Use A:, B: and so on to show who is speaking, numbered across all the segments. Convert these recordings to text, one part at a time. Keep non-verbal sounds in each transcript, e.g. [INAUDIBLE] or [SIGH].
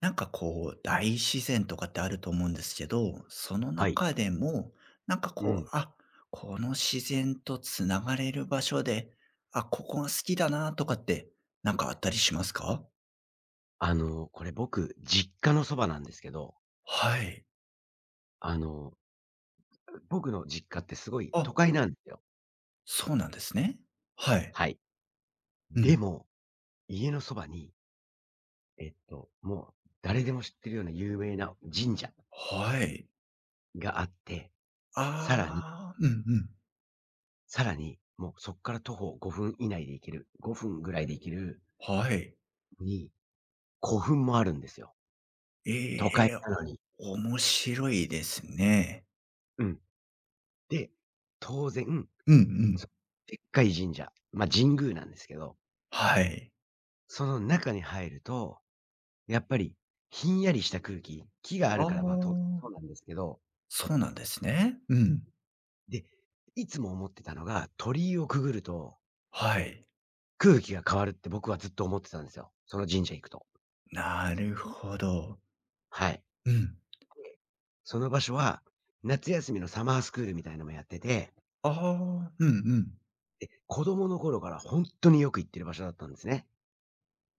A: なんかこう、大自然とかってあると思うんですけど、その
B: はい。
A: 中でも、なんか
B: う
A: こ
B: ん。
A: う、あ、この自然とつながれる場所で、あ、ここが好きだなとかって、なんかあったりしますか？
B: これ僕、実家のそばなんですけど、
A: はい。
B: あの、僕の実家ってすごい
A: あ、
B: 都会なんですよ。
A: そうなんですね。はい。
B: はい。
A: うん。
B: でも、家のそばに、もう誰でも知ってるような有名な神社
A: はい。
B: があって、
A: あ
B: さらに、
A: あ、うんうん。
B: さらに、もうそこから徒歩5分以内で行ける、5分ぐらいで行ける
A: はい。
B: に、古墳もあるんですよ。
A: え
B: 都
A: え、
B: 会なのに。
A: 面白いですね。
B: うん。で、当然、
A: うんうん。
B: そでっかい神社、ま、神宮なんですけど、
A: はい。
B: その中に入るとやっぱり、ひんやりした空気、木があ
A: あ
B: るから、まあ、そ
A: あ、
B: うなんですけど、
A: そうなんですね。うん。
B: で、いつも思ってたのが、鳥居をくぐると、
A: はい。
B: 空気が変わるって僕はずっと思ってたんですよ。その神社行くと。
A: なるほど。
B: はい。
A: うん。
B: で、その場所は、夏休みのサマースクールみたいのもやってて、
A: ああ、うんうん。
B: で、子供の頃からほんとによく行ってる場所だったんですね。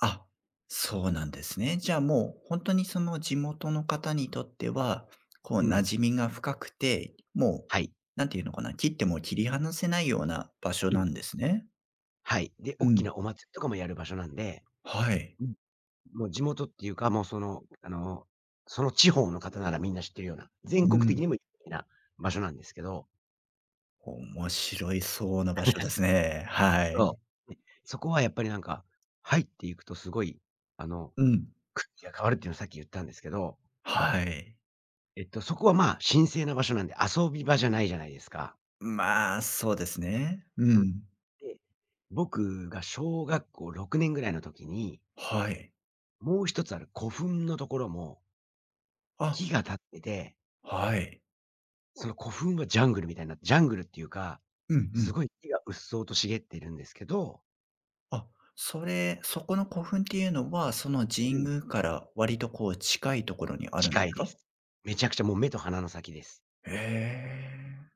A: あ、そうなんですね。じゃあもう本当にその地元の方にとっては、こう
B: うん。
A: 馴染みが深くて、もう
B: はい。
A: なんていうのかな、切っても切り離せないような場所
B: うん。
A: なんですね。
B: はい。で、
A: う
B: おっき
A: ん。
B: なお祭りとかもやる場所なんで。
A: はい。
B: うん。もう地元っていうか、もうその地方の方ならみんな知ってるような、全
A: う
B: 国的
A: ん。
B: にも有名な場所なんですけど、
A: 面白いそうな場所ですね。はい。
B: そう。で、そこはやっぱりなんか、入っていくとすごい、あの、
A: うん。
B: 空気が変わるっていうのをさっき言ったんですけど、
A: はい。
B: そこはまあ、神聖な場所なんで遊び場じゃないじゃないですか。
A: まあ、そうですね。うん。
B: で、僕が小学校6年ぐらいの時に、
A: はい。
B: もう一つある古墳のところも
A: あ、
B: 木が立ってて、
A: はい。
B: その古墳はジャングルっていうか、
A: うんう
B: す
A: ん。
B: ごい木がうっそうと茂っているんですけど、
A: あ、それ、そこの古墳っていうのは、その
B: う
A: 神
B: ん。
A: 宮から割とこう近いところにあるんで
B: 近
A: す
B: いで
A: か？
B: す。めちゃくちゃもう目と鼻の先です。
A: へえ。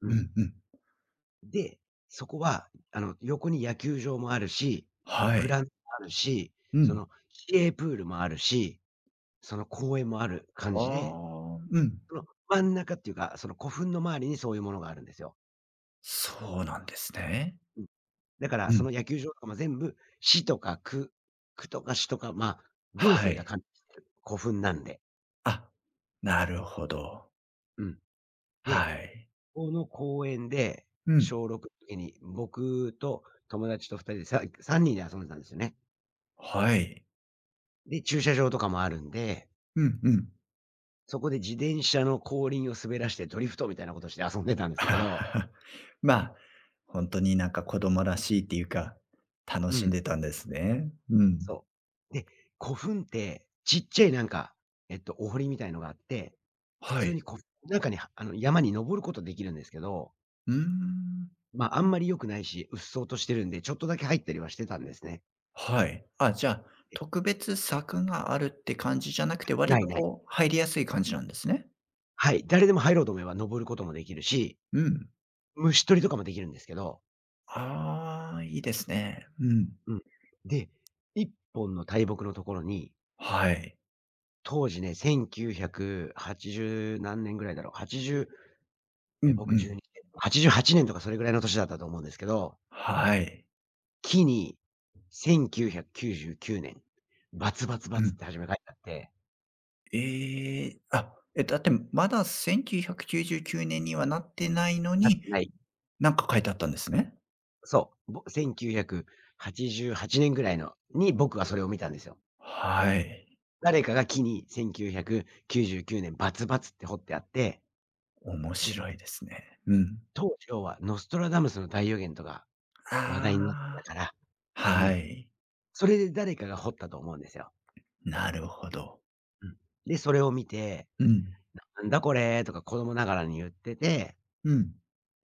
B: う
A: う
B: ん。
A: んうん。
B: で、そこは、横に野球場もあるし、
A: は
B: グ
A: い。
B: ラウンドもあるし、
A: うん。
B: 市営プールもあるし、その公園もある感
A: あ
B: じで、
A: あ、うん。
B: その真ん中っていうか、その古墳の周りにそういうものがあるんですよ。
A: そうなんですね。
B: うん。だから
A: う
B: そ
A: ん。
B: の野球場とかも全部市とか区、区とか市とか、まあ、行
A: は
B: 政が
A: い。
B: 管理してる古墳なんで。
A: あ、なるほど。
B: うん。で、
A: はい。
B: この公園で、
A: うん。
B: 小6の時に僕と友達と2人でさ3人で遊んでたんですよね。
A: はい。
B: で、駐車場とかもあるんで、
A: うんうん。
B: そこで自転車の後輪を滑らしてドリフトみたいなことして遊んでたんですけど、
A: [LAUGHS] まあ、本当になんか子供らしいっていうか、楽
B: う
A: しん
B: ん、
A: でたんですね。うん。
B: そう。で、古墳って、ちっちゃいなんか、お堀みたいのがあって、普
A: は
B: 通
A: い。
B: に中に、山に登ることできるんですけど、
A: うーん。
B: まあ、あんまり良くないし、鬱蒼としてるんで、ちょっとだけ入ったりはしてたんですね。
A: はい。あ、じゃあ、特別柵があるって感じじゃなくて、割
B: ない
A: と
B: ない。
A: こう、入りやすい感じなんですね。
B: はい、誰でも入ろうと思えば登ることもできるし、
A: うん。
B: 虫捕りとかもできるんですけど、
A: ああ、いいですね。うん。
B: うん。で、一本の大木のところに、
A: はい。
B: 当時ね、1980何年ぐらいだろう、80、
A: うんう
B: 僕
A: ん。
B: 12、88年とかそれぐらいの年だったと思うんですけど、
A: はい。
B: 木に1999年、バツバツバ
A: う
B: ツっ
A: ん。
B: て初め書いてあって、
A: ええ、あ、え、だってまだ1999年にはなってないの
B: なっ
A: に、
B: てない、
A: なんか書いてあったんですね。
B: そう、1988年ぐらいのに僕はそれを見たんですよ。
A: はい。
B: 誰かが木に1999年バツバツって掘ってあって、
A: 面
B: で、
A: 白いですね。うん。
B: 当時要はノストラダムスの大予言とか話題になった
A: あ
B: から、
A: あ、
B: う
A: は
B: ん。
A: い。
B: それで誰かが掘ったと思うんですよ。
A: なるほど。
B: うん。で、それを見て、
A: うん。
B: 「なんだこれ」とか子供ながらに言ってて、
A: うん。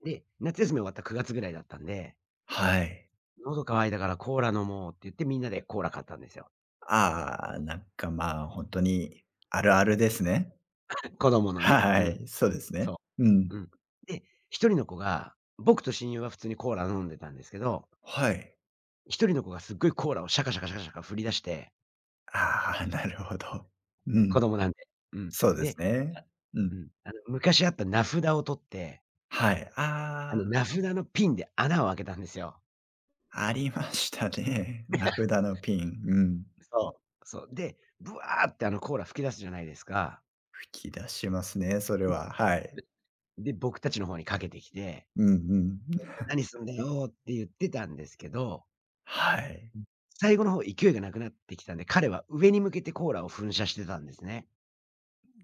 B: で、夏休み終わった9月ぐらいだったんで、
A: はい。
B: 「喉渇いたからコーラ飲もう」って言ってみんなでコーラ買ったんですよ。
A: ああ、なんか、まあ、ほんとにあるあるですね。
B: [LAUGHS] 子供
A: [LAUGHS]
B: のね、う
A: は
B: ん。
A: い、そうですね。
B: そ
A: うん。
B: う、うん。で、1人の子が、僕と親友は普通にコーラ飲んでたんですけど、
A: はい。
B: 一人の子がすっごいコーラをシャカシャカシャカシャカ振り出して、
A: ああ、なるほど。う
B: 子
A: ん、
B: 供なんで。うん。
A: そうです
B: で、あ
A: ね。うん。
B: 昔あった名札を取って、
A: はい。あ
B: 名札のピンで穴を開けたんですよ。
A: あ、ありましたね。[LAUGHS] 名札のピン、うん。
B: そう、そう。で、ブワーってあのコーラ噴き出すじゃないですか。
A: 吹き出しますね、それは。
B: [LAUGHS]
A: はい。
B: で、僕たちの方にかけてきて、
A: うんうん。[LAUGHS]
B: 「何すんだよ」って言ってたんですけど、
A: はい、
B: 最後の方勢いがなくなってきたんで、彼は上に向けてコーラを噴射してたんですね。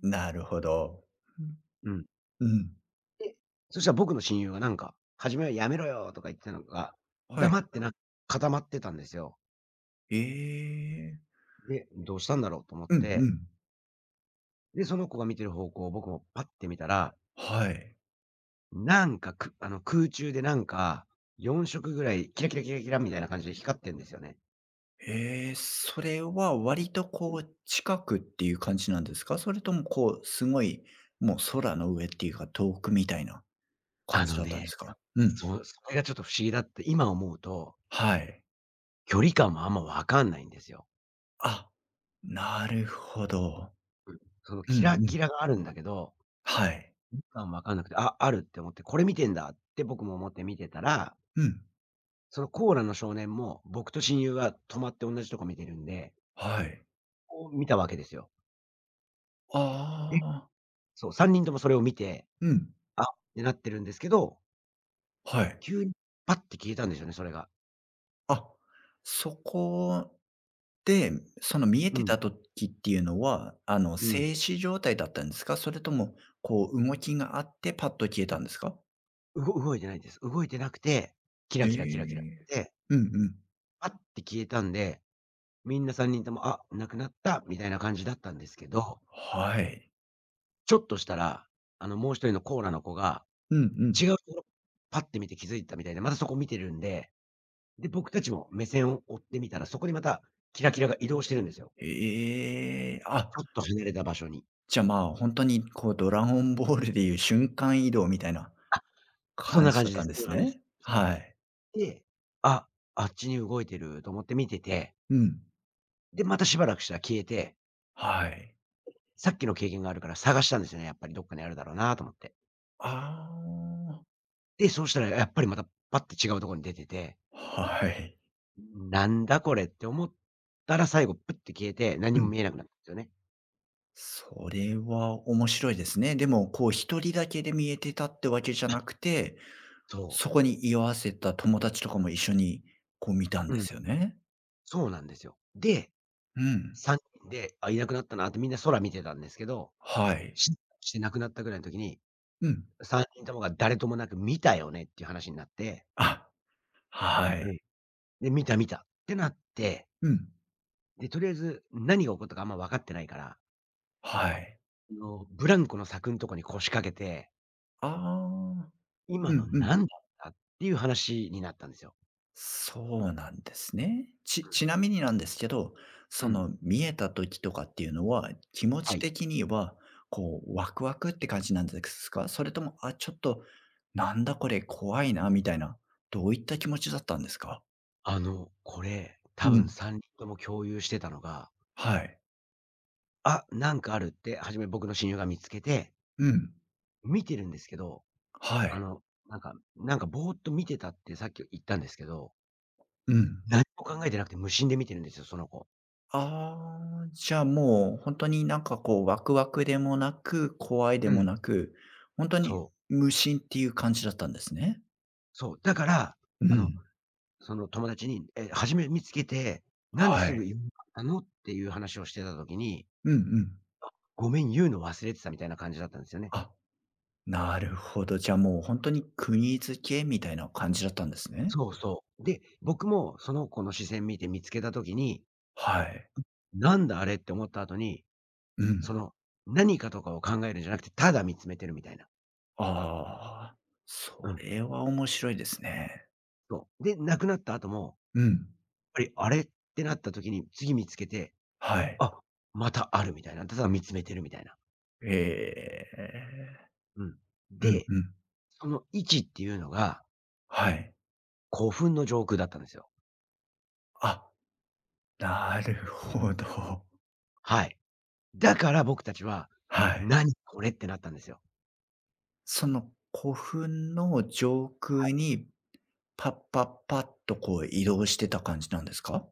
A: なるほど。
B: うん。
A: うん。
B: で、そしたら僕の親友がなんか、初めは「やめろよ」とか言ってたのが、
A: は
B: 黙
A: い。
B: ってな固まってたんですよ。
A: ええ。
B: で、どうしたんだろうと思っ
A: うんう
B: て、
A: ん。
B: で、その子が見てる方向を僕もパッて見たら、
A: はい。
B: なんか、くあの、空中でなんか、4色ぐらいキラキラキラキラみたいな感じで光ってんですよね。
A: ええ、それは割とこう近くっていう感じなんですか？それともこうすごい、もう空の上っていうか遠くみたいな感
B: あ
A: じ
B: の
A: だったんで
B: ね、
A: すか？うん。
B: それがちょっと不思議だって、今思うと、
A: はい。
B: 距離感もあんま分かんないんですよ。
A: あ、なるほど。
B: その
A: うん
B: キラ
A: う
B: キ
A: ん。
B: ラがあるんだけど、
A: はい。
B: 距離感分かんなくて、あ、あるって思って、これ見てんだって僕も思って見てたら、
A: うん。
B: そのコーラの少年も、僕と親友は泊まって同じとこ見てるんで、
A: はい。
B: こう見たわけですよ。で、
A: ああ、
B: そう、3人ともそれを見て、
A: うん。
B: あってなってるんですけど、
A: はい。
B: 急にパッて消えたんですよね、それが。
A: あ、そこで、その見え
B: う
A: て
B: ん、
A: た時っていうのは、
B: うん。
A: 静止状態だったんですか？それとも、こう動きがあってパッと消え
B: い
A: た
B: や、
A: んですか？
B: 動いてないです。動いてなくて、キラ
A: え
B: キラキラキラって
A: え。
B: て、
A: うんうん。
B: パッて消えたんで、みんな3人とも、あ、なくなったみたいな感じだったんですけど、
A: はい。
B: ちょっとしたら、もう一人のコーラの子が、
A: うんうん。
B: 違うところ、パッて見て気づいたみたいで、またそこ見てるんで、で、僕たちも目線を追ってみたら、そこにまたキラキラが移動してるんですよ。
A: ええ、
B: ち
A: あ、
B: ょっと離れた場所に。
A: じゃ、あまあ、ほんとにこうドラゴンボールでいう瞬間移動みたいな
B: あ、そん
A: 感
B: な
A: じ
B: 感
A: だっ
B: じで
A: たん
B: す。
A: で
B: そんな
A: す
B: 感じです。
A: ね。
B: そ
A: はい。
B: う。で、あ、あっちに動いてると思って見てて、
A: うん。
B: で、またしばらくしたら消えて、
A: はい。
B: さっきの経験があるから探したんですよね、やっぱりどっかにあるだろうなと思って。
A: あ
B: で、そうしたらやっぱりまたパッて違うところに出てて、
A: あ、はい。
B: なんだこれって思ったら最後プッて消えて、何
A: う
B: も
A: ん。
B: 見えなくなったんですよね。
A: それは面白いですね。でも、こう一人だけで見えてたってわけじゃなくて、
B: そ
A: そ
B: う。
A: こに居合わせた友達とかも一緒にこう見たん
B: う
A: で
B: ん、
A: すよね？
B: そうなんですよ。で、
A: うん。
B: 3人で、あ、いなくなったなってみんな空見てたんですけど、
A: はい。
B: しして亡くなったぐらいの時に、
A: うん。
B: 3人ともが誰ともなく見たよねっていう話になって、
A: あ、は
B: うん。
A: い。
B: で、見た見たってなって、
A: うん。
B: で、とりあえず何が起こったかあんま分かってないから、
A: はい。
B: ブランコの柵んとこに腰掛けて、
A: ああ。
B: 今
A: う
B: の
A: んうん。
B: 何だったっていう話になったんですよ。
A: そうなんですね。ちちなみになんですけど、
B: う
A: そ
B: ん。
A: の見えた時とかっていうのは、気持
B: は
A: ち
B: い。
A: 的には、こうワクワクって感じなんですか？それとも、あ、ちょっと、なんだこれ怖いなみたいな、どういった気持ちだったんですか？
B: これ、
A: う
B: 多分
A: ん。
B: 3人とも共有してたのが、
A: はい。
B: あ、なんかあるって初め僕の親友が見つけて、
A: うん。
B: 見てるんですけど、
A: は
B: あ
A: い。
B: の、なんかぼーっと見てたってさっき言ったんですけど、
A: うん。
B: 何も考えてなくて無心で見てるんですよ、その子。
A: ああ、じゃあ、もう本当になんかこう、ワクワクでもなく、怖い
B: う
A: でも
B: ん。
A: なく、本当に
B: そう。
A: 無心っていう感じだったんですね。
B: そう。だから、
A: う
B: あの、
A: ん。
B: その友達に、初め見つけて、なんで
A: は
B: す
A: い。
B: ぐ言わなかったのっていう話をしてた時に、
A: うんうん。
B: ごめん、言うの忘れてたみたいな感じだったんですよね。
A: あ、なるほど。じゃあ、もう本当に国付けみたいな感じだったんですね。
B: そうそう。で、僕もその子の視線見て見つけた時に、
A: はい。
B: なんだあれって思った後に、
A: うん。
B: その、何かとかを考えるんじゃなくて、ただ見つめてるみたいな。
A: ああ、そ
B: うん、
A: れは面白いですね。
B: そう。で、なくなった後も、
A: うん。
B: やっぱり、あれってなった時に次見つけて、
A: はい。
B: あ、またあるみたいな。ただ見つめてるみたいな。
A: ええ。
B: うん。
A: うん
B: で、
A: うん。
B: その位置っていうのが、
A: はい。
B: 古墳の上空だったんですよ。
A: あ、なるほど。
B: はい。だから僕たちは、
A: はい。
B: 「何これ」ってなったんですよ。
A: その古墳の上空に、パッパッパッとこう移動してた感じなんですか？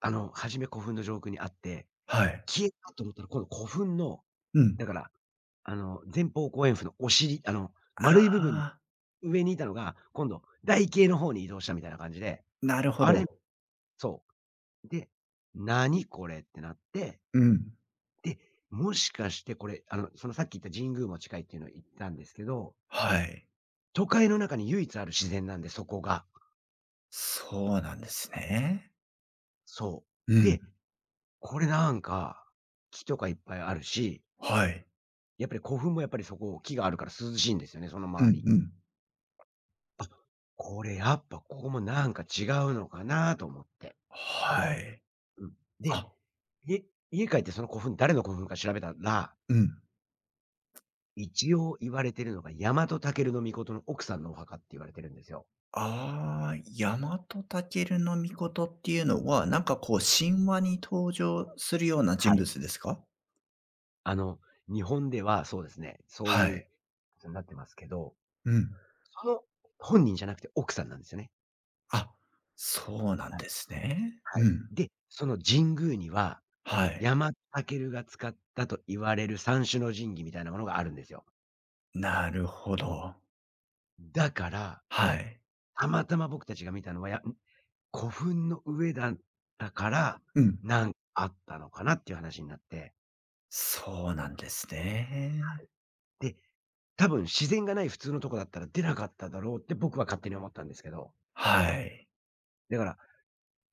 B: 初め古墳の上空にあって、
A: はい。
B: 消えたと思ったら、今度古墳の、
A: うん。
B: だから、前方後円墳のお尻、
A: あ
B: 丸い部分、
A: あ、
B: 上にいたのが、今度台形の方に移動したみたいな感じで、
A: なるほ
B: あれ
A: ど。
B: そう。で、「何これ」ってなって、
A: うん。
B: で、もしかしてこれ、そのさっき言った神宮も近いっていうのを言ったんですけど、
A: はい。
B: 都会の中に唯一ある自然なんで、そこが。
A: そうなんですね。
B: そ
A: う
B: う。
A: ん。
B: で、これなんか、木とかいっぱいあるし、
A: はい。
B: やっぱり古墳もやっぱりそこ、木があるから涼しいんですよね、その
A: う
B: 周
A: ん
B: り。
A: うん。
B: あ、これやっぱここもなんか違うのかなと思って。
A: はい。
B: うん。で、
A: あ、
B: 家家帰ってその古墳、誰の古墳か調べたら、
A: うん。
B: 一応言われてるのが、大和武タケルの奥さんのお墓って言われてるんですよ。
A: ああ、ヤマトタケルノミコトっていうのは、なんかこう神話に登場するような
B: は
A: 人
B: い。
A: 物ですか？
B: あの、日本ではそうですね、そう
A: は
B: いう
A: い。
B: ことになってますけど、
A: うん。
B: その本人じゃなくて奥さんなんですよね。
A: あ、そうなん
B: はい。
A: ですね。
B: はい。
A: うん。
B: で、その神宮には、
A: はい。
B: 山武が使ったと言われる三種の神器みたいなものがあるんですよ。
A: なるほど。
B: だから、
A: はい。
B: たまたま僕たちが見たのは、や古墳の上だったから、
A: うん。
B: なんあったのかなっていう話になって、
A: そうなんですね。
B: で、多分自然がない普通のとこだったら出なかっただろうって僕は勝手に思ったんですけど、
A: はい。
B: だから、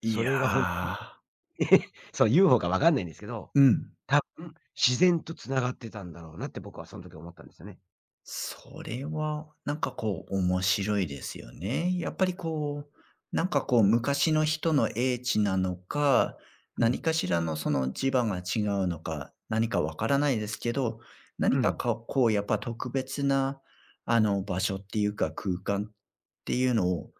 A: い
B: そ
A: や
B: れがほん、
A: ー、
B: [LAUGHS] そう、u う方かわかんないんですけど、
A: うん。
B: 多分、自然と繋がってたんだろうなって僕はその時思ったんですよね。
A: それは、なんかこう面白いですよね。やっぱりこう、なんかこう昔の人の英知なのか、
B: う
A: 何
B: ん。
A: かしらのその磁場が違うのか、何かわからないですけど、
B: う
A: 何か
B: ん。
A: かこうやっぱ特別なあの場所っていうか空間っていうのを、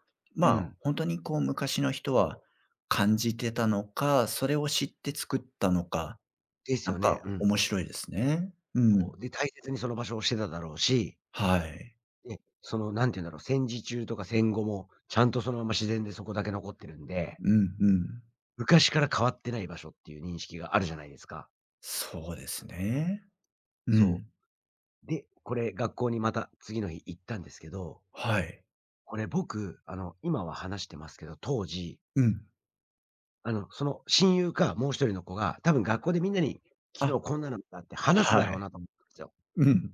B: う
A: まあ
B: ん。
A: 本当にこう昔の人は感じてたのか、それを知って作ったのか、
B: です
A: な
B: よ
A: ん
B: ね。
A: か
B: うん。
A: 面白いですね。うん。
B: こう、で、大切にその場所をしてただろうし、
A: はい。
B: で、何て言うんだろう、戦時中とか戦後も、ちゃんとそのまま自然でそこだけ残ってるんで、
A: うんうん。
B: 昔から変わってない場所っていう認識があるじゃないですか。
A: そうですね。う
B: そ
A: ん。
B: う。で、これ学校にまた次の日行ったんですけど、
A: はい。
B: これ僕、今は話してますけど、当時
A: うん。
B: その親友か、もう一人の子が、多分学校でみんなに、昨
A: あ、
B: 日こんなのがあって話すだ
A: は
B: ろう
A: い。
B: なと思ったんですよ。
A: うん。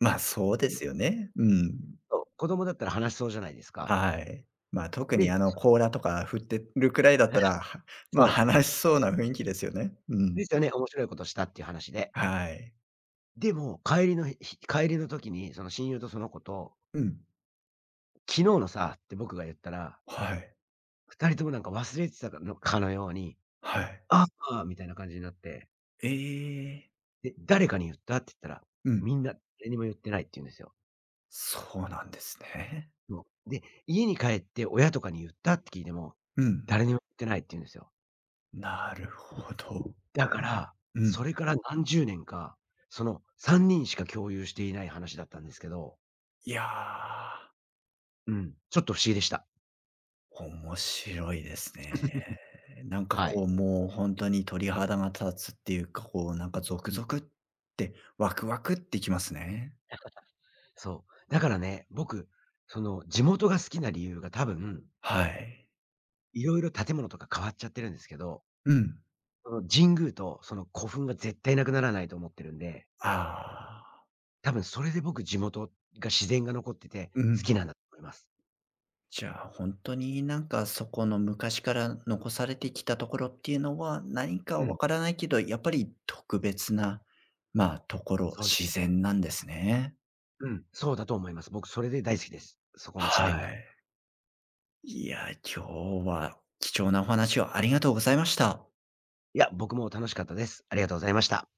A: ま、あそうで
B: で、
A: すよね。うん。
B: そう、子供だったら話しそうじゃないですか。
A: はい。ま、あ特に
B: で、
A: あの、甲羅とか振ってるくらいだった
B: [LAUGHS]
A: ら、はま
B: そ
A: あ、
B: う、
A: 話しそうな雰囲気ですよね。うん。
B: ですよね、面白いことしたっていう話で。
A: はい。
B: でも、帰りの時に、その親友とその子と、
A: うん。
B: 「昨日のさ」って僕が言ったら、
A: はい。
B: 二人ともなんか忘れてたかのように、
A: はい。
B: 「ああ」みたいな感じになって、
A: ええ。
B: で、「誰かに言った？」って言ったら、
A: うん。
B: みんな誰にも言ってないって言うんですよ。
A: そうなんですね。
B: そう。で、家に帰って親とかに言ったって聞いても、
A: うん。
B: 誰にも言ってないって言うんですよ。
A: なるほど。
B: だから、
A: う
B: そ
A: ん。
B: れから何十年か、その3人しか共有していない話だったんですけど、
A: いや。
B: うん、ちょっと不思議でした。
A: 面白いですね。
B: [LAUGHS]
A: なんか
B: は
A: こ
B: い。
A: う、もう本当に鳥肌が立つっていうか、こうなんかゾク
B: うん。
A: ゾクって、ワクワクってきますね。
B: [LAUGHS] そう。だからね、僕、その地元が好きな理由が多分、
A: はい。
B: いろいろ建物とか変わっちゃってるんですけど、
A: うん。
B: その神宮とその古墳が絶対なくならないと思ってるんで、
A: ああ、
B: 多分それで僕地元が自然が残ってて
A: う
B: 好き
A: ん。
B: なんだと思います。
A: じゃあ本当になんかそこの昔から残されてきたところっていうのは、何
B: う
A: かわ
B: ん。
A: からないけど、やっぱり特別な、まあ、ところ、
B: そうです
A: 自
B: ね。
A: 然なんですね。
B: うん、そうだと思います。僕それで大好きです。そこの自
A: は
B: 然が。
A: い。いや、今日は貴重なお話をありがとうございました。
B: いや、僕も楽しかったです。ありがとうございました。